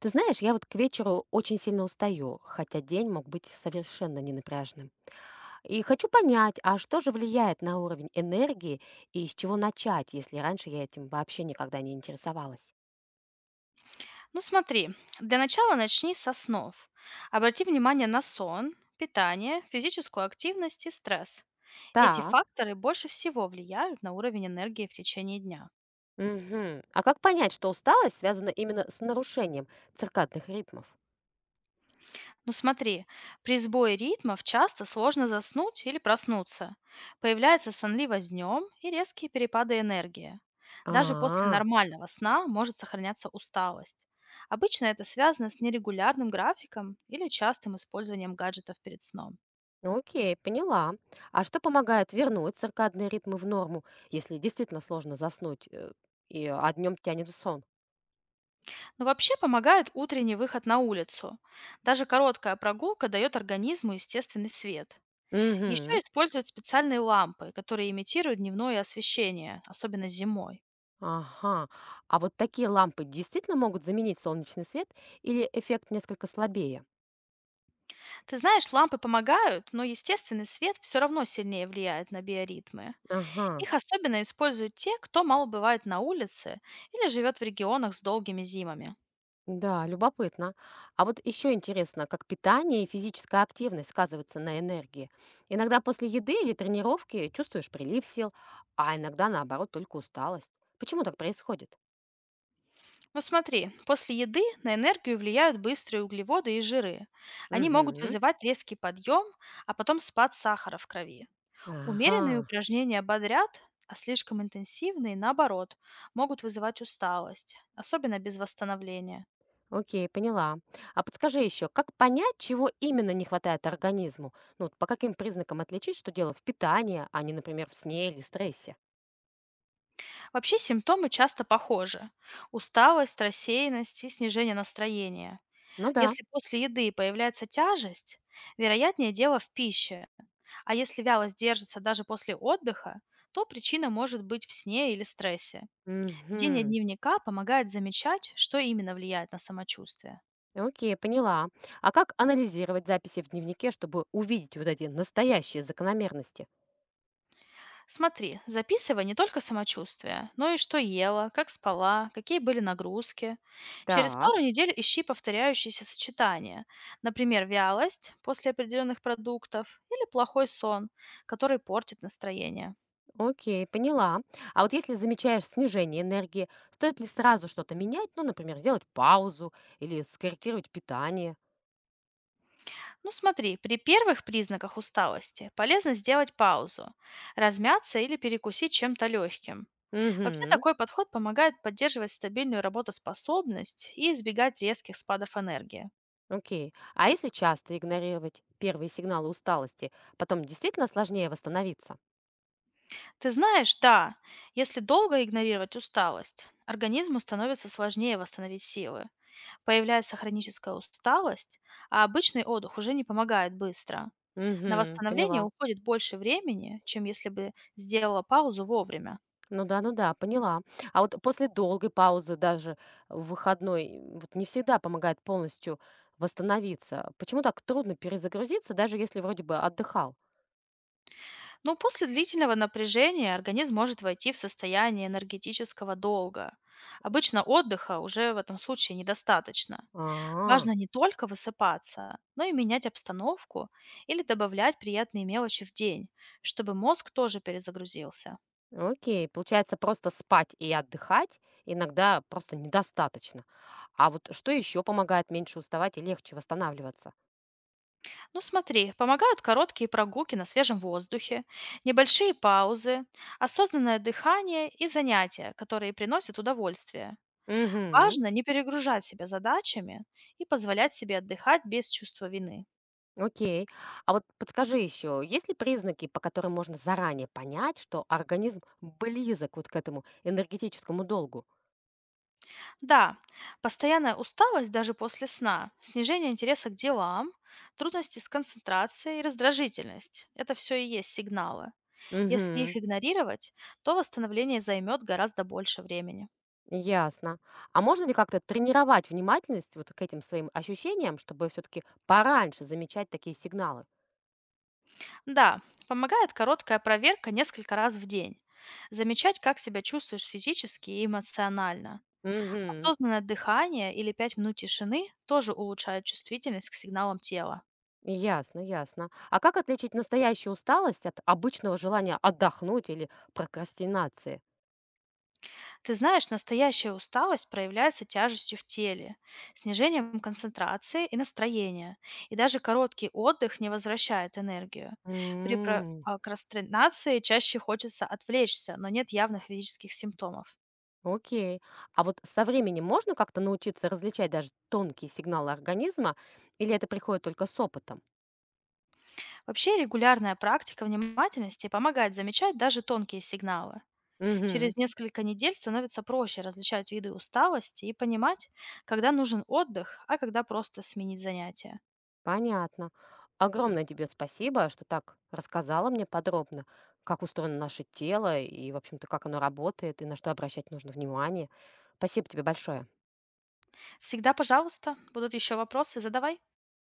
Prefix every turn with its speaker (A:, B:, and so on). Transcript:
A: Ты знаешь, я вот к вечеру очень сильно устаю, хотя день мог быть совершенно ненапряжным. И хочу понять, а что же влияет на уровень энергии и с чего начать, если раньше я этим вообще никогда не интересовалась?
B: Ну смотри, для начала начни со снов. Обрати внимание на сон, питание, физическую активность и стресс. Эти
A: Так.
B: факторы больше всего влияют на уровень энергии в течение дня.
A: Мгм. А как понять, что усталость связана именно с нарушением циркадных ритмов?
B: Ну смотри, при сбое ритмов часто сложно заснуть или проснуться. Появляется сонливость днем и резкие перепады энергии. Даже после
A: А,
B: нормального сна может сохраняться усталость. Обычно это связано с нерегулярным графиком или частым использованием гаджетов перед сном.
A: ну окей, поняла. А что помогает вернуть циркадные ритмы в норму, если действительно сложно заснуть, а днем тянет в сон?
B: Но вообще помогает утренний выход на улицу. Даже короткая прогулка дает организму естественный свет. Еще
A: Угу.
B: используют специальные лампы, которые имитируют дневное освещение, особенно зимой.
A: Ага. А вот такие лампы действительно могут заменить солнечный свет или эффект несколько слабее?
B: Ты знаешь, лампы помогают, но естественный свет все равно сильнее влияет на биоритмы.
A: Ага.
B: Их особенно используют те, кто мало бывает на улице или живет в регионах с долгими зимами.
A: Да, любопытно. А вот еще интересно, как питание и физическая активность сказываются на энергии. Иногда после еды или тренировки чувствуешь прилив сил, а иногда наоборот только усталость. Почему так происходит?
B: Ну смотри, после еды на энергию влияют быстрые углеводы и жиры. Они могут
A: Угу.
B: вызывать резкий подъем, а потом спад сахара в крови. Умеренные
A: Ага.
B: упражнения бодрят, а слишком интенсивные, наоборот, могут вызывать усталость, особенно без восстановления.
A: Окей, поняла. А подскажи еще, как понять, чего именно не хватает организму? Ну, вот по каким признакам отличить, что дело в питании, а не, например, в сне или стрессе?
B: Вообще симптомы часто похожи. Усталость, рассеянность и снижение настроения.
A: Ну да.
B: Если после еды появляется тяжесть, вероятнее дело в пище, а если вялость держится даже после отдыха, то причина может быть в сне или стрессе. Ведение
A: Угу.
B: дневника помогает замечать, что именно влияет на самочувствие.
A: Окей, поняла. А как анализировать записи в дневнике, чтобы увидеть вот эти настоящие закономерности?
B: Смотри, записывай не только самочувствие, но и что ела, как спала, какие были нагрузки. Через пару
A: Так,
B: недель ищи повторяющиеся сочетания. Например, вялость после определенных продуктов или плохой сон, который портит настроение.
A: окей, поняла. А вот если замечаешь снижение энергии, стоит ли сразу что-то менять? Ну, например, сделать паузу или скорректировать питание?
B: Ну смотри, при первых признаках усталости полезно сделать паузу, размяться или перекусить чем-то легким. Вообще
A: Угу.
B: такой подход помогает поддерживать стабильную работоспособность и избегать резких спадов энергии.
A: Окей. А если часто игнорировать первые сигналы усталости, потом действительно сложнее восстановиться?
B: Ты знаешь, да, если долго игнорировать усталость, организму становится сложнее восстановить силы. Появляется хроническая усталость, а обычный отдых уже не помогает быстро. На
A: Угу,
B: восстановление
A: поняла.
B: уходит больше времени, чем если бы сделала паузу вовремя.
A: Ну да, ну да, поняла. А вот после долгой паузы даже в выходной вот не всегда помогает полностью восстановиться. Почему так трудно перезагрузиться, даже если вроде бы отдыхал?
B: Но после длительного напряжения организм может войти в состояние энергетического долга. Обычно отдыха уже в этом случае недостаточно.
A: А,
B: Важно не только высыпаться, но и менять обстановку или добавлять приятные мелочи в день, чтобы мозг тоже перезагрузился.
A: окей. Получается, просто спать и отдыхать иногда просто недостаточно. А вот что еще помогает меньше уставать и легче восстанавливаться?
B: Ну смотри, помогают короткие прогулки на свежем воздухе, небольшие паузы, осознанное дыхание и занятия, которые приносят удовольствие.
A: Угу.
B: Важно не перегружать себя задачами и позволять себе отдыхать без чувства вины.
A: Окей. А вот подскажи еще, есть ли признаки, по которым можно заранее понять, что организм близок вот к этому энергетическому долгу?
B: Да, постоянная усталость даже после сна, снижение интереса к делам, трудности с концентрацией и раздражительность — это все и есть сигналы. Если
A: Угу,
B: их игнорировать, то восстановление займет гораздо больше времени.
A: ясно. А можно ли как-то тренировать внимательность вот к этим своим ощущениям, чтобы все-таки пораньше замечать такие сигналы?
B: Да, помогает короткая проверка несколько раз в день замечать, как себя чувствуешь физически и эмоционально.
A: Угу,
B: Осознанное дыхание или 5 минут тишины тоже улучшают чувствительность к сигналам тела.
A: ясно, ясно. А как отличить настоящую усталость от обычного желания отдохнуть или прокрастинации?
B: Ты знаешь, настоящая усталость проявляется тяжестью в теле, снижением концентрации и настроения, и даже короткий отдых не возвращает энергию. При про-
A: М,
B: а, прокрастинации чаще хочется отвлечься, но нет явных физических симптомов.
A: Окей. А вот со временем можно как-то научиться различать даже тонкие сигналы организма, или это приходит только с опытом?
B: Вообще регулярная практика внимательности помогает замечать даже тонкие сигналы.
A: Угу,
B: Через несколько недель становится проще различать виды усталости и понимать, когда нужен отдых, а когда просто сменить занятие.
A: понятно. Огромное тебе спасибо, что так рассказала мне подробно, как устроено наше тело и, в общем-то, как оно работает, и на что обращать нужно внимание. Спасибо тебе большое.
B: Всегда, пожалуйста, будут еще вопросы, задавай.